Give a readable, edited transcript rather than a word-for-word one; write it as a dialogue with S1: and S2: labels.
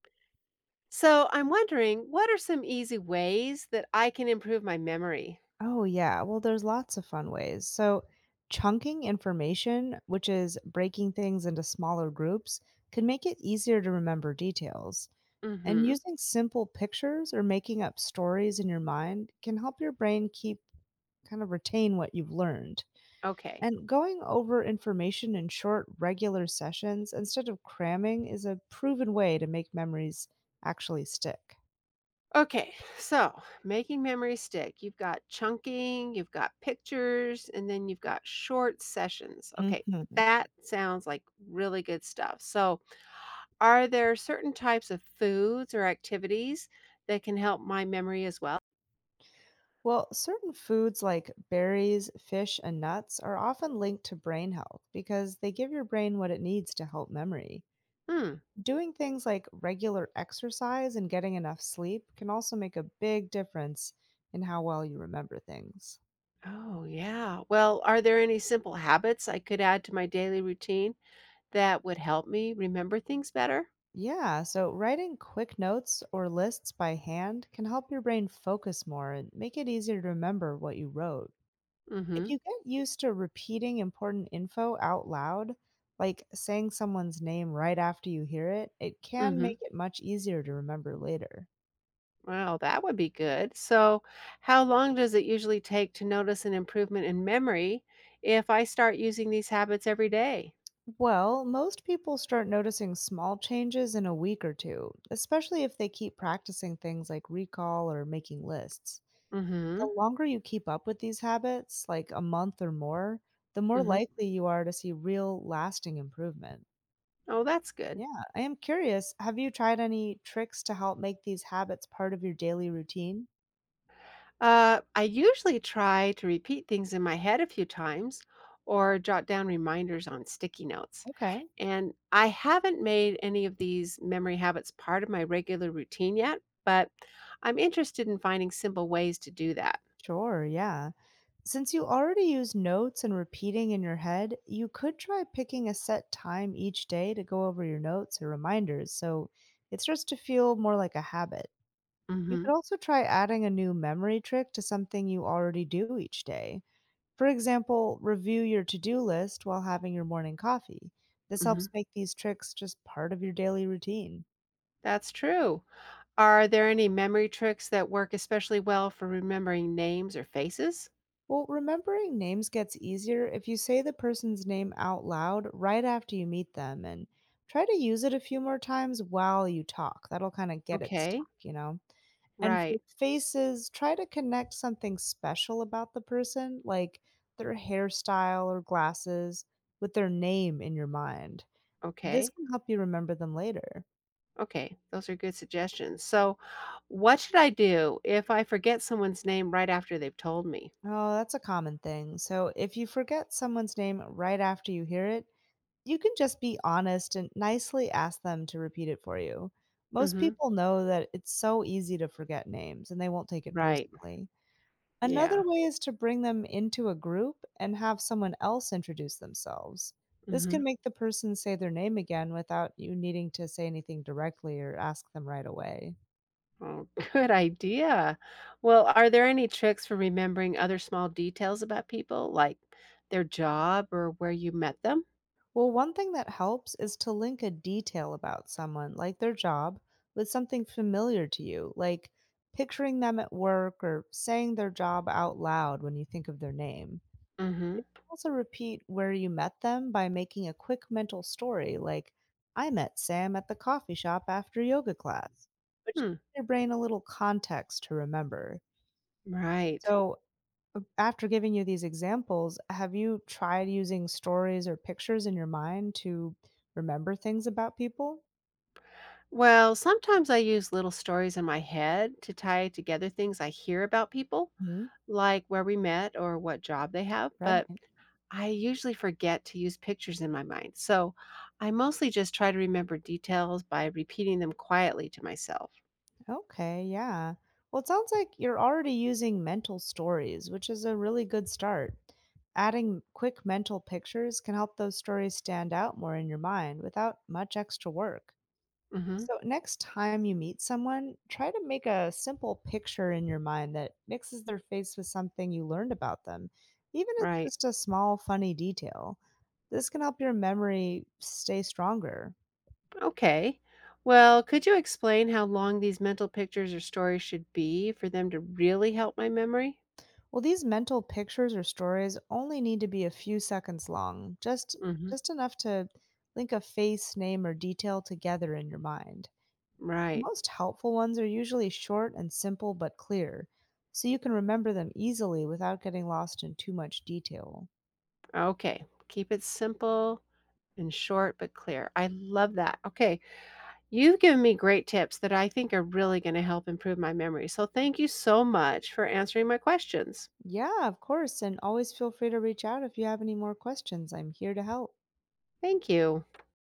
S1: So I'm wondering, what are some easy ways that I can improve my memory?
S2: Oh, yeah. Well, there's lots of fun ways. So, chunking information, which is breaking things into smaller groups, can make it easier to remember details. And
S1: Mm-hmm.
S2: using simple pictures or making up stories in your mind can help your brain keep kind of retain what you've learned.
S1: Okay.
S2: And going over information in short, regular sessions instead of cramming is a proven way to make memories actually stick.
S1: Okay. So making memory stick. You've got chunking, you've got pictures, and then you've got short sessions. Okay.
S2: Mhm.
S1: That sounds like really good stuff. So are there certain types of foods or activities that can help my memory as well?
S2: Well, certain foods like berries, fish, and nuts are often linked to brain health because they give your brain what it needs to help memory.
S1: Hmm.
S2: Doing things like regular exercise and getting enough sleep can also make a big difference in how well you remember things.
S1: Oh, yeah. Well, are there any simple habits I could add to my daily routine that would help me remember things better?
S2: Yeah, so writing quick notes or lists by hand can help your brain focus more and make it easier to remember what you wrote.
S1: Mm,
S2: If
S1: mhm.
S2: you get used to repeating important info out loud, like saying someone's name right after you hear it, it
S1: Mm,
S2: can
S1: mhm.
S2: make it much easier to remember later.
S1: Wow, that would be good. So, how long does it usually take to notice an improvement in memory if I start using these habits every day?
S2: Well, most people start noticing small changes in a week or two, especially if they keep practicing things like recall or making lists.
S1: Mm-hmm.
S2: The longer you keep up with these habits, like a month or more, the
S1: Mhm,
S2: more
S1: mhm.
S2: likely you are to see real lasting improvement.
S1: Oh, that's good.
S2: Yeah, I am curious. Have you tried any tricks to help make these habits part of your daily routine?
S1: I usually try to repeat things in my head a few times or jot down reminders on sticky notes.
S2: Okay,
S1: And I haven't made any of these memory habits part of my regular routine yet, but I'm interested in finding simple ways to do that.
S2: sure, yeah. Since you already use notes and repeating in your head, you could try picking a set time each day to go over your notes or reminders so it starts to feel more like a habit. You
S1: Mhm.
S2: could also try adding a new memory trick to something you already do each day. For example, review your to do list while having your morning coffee. This
S1: Mhm.
S2: helps make these tricks just part of your daily routine.
S1: That's true. Are there any memory tricks that work especially well for remembering names or faces?
S2: Well, remembering names gets easier if you say the person's name out loud right after you meet them and try to use it a few more times while you talk. That'll kind of get it
S1: Okay.
S2: stuck, you know? And for
S1: Right.
S2: faces, try to connect something special about the person, like their hairstyle or glasses, with their name in your mind. This
S1: Okay.
S2: can help you remember them later.
S1: Okay, those are good suggestions. So, what should I do if I forget someone's name right after they've told me?
S2: Oh, that's a common thing. So if you forget someone's name right after you hear it, you can just be honest and nicely ask them to repeat it for you. Most
S1: Hmm.
S2: people know that it's so easy to forget names and they won't take it
S1: Right.
S2: personally.
S1: Yeah.
S2: Another way is to bring them into a group and have someone else introduce themselves. This
S1: Hmm.
S2: can make the person say their name again without you needing to say anything directly or ask them right away.
S1: Oh, good idea. Well, are there any tricks for remembering other small details about people, like their job or where you met them?
S2: Well, one thing that helps is to link a detail about someone, like their job, with something familiar to you, like picturing them at work or saying their job out loud when you think of their name.
S1: Hmm.
S2: Also, repeat where you met them by making a quick mental story, like, I met Sam at the coffee shop after yoga class, which
S1: Hmm.
S2: gives your brain a little context to remember.
S1: Right.
S2: So, after giving you these examples, have you tried using stories or pictures in your mind to remember things about people?
S1: Well, sometimes I use little stories in my head to tie together things I hear about people,
S2: Hmm.
S1: like where we met or what job they have,
S2: Right.
S1: but I usually forget to use pictures in my mind, so I mostly just try to remember details by repeating them quietly to myself.
S2: Okay. Yeah. Well, it sounds like you're already using mental stories, which is a really good start. Adding quick mental pictures can help those stories stand out more in your mind without much extra work.
S1: Hmm.
S2: So, next time you meet someone, try to make a simple picture in your mind that mixes their face with something you learned about them, even if
S1: Right.
S2: it's just a small, funny detail. This can help your memory stay stronger.
S1: Okay. Well, could you explain how long these mental pictures or stories should be for them to really help my memory?
S2: Well, these mental pictures or stories only need to be a few seconds long, just
S1: Hmm.
S2: just enough to link a face, name, or detail together in your mind. The
S1: Right.
S2: most helpful ones are usually short and simple but clear, so you can remember them easily without getting lost in too much detail.
S1: Okay. Keep it simple and short but clear. I love that. Okay. You've given me great tips that I think are really going to help improve my memory. So thank you so much for answering my questions.
S2: Yeah, of course, and always feel free to reach out if you have any more questions. I'm here to help.
S1: Thank you.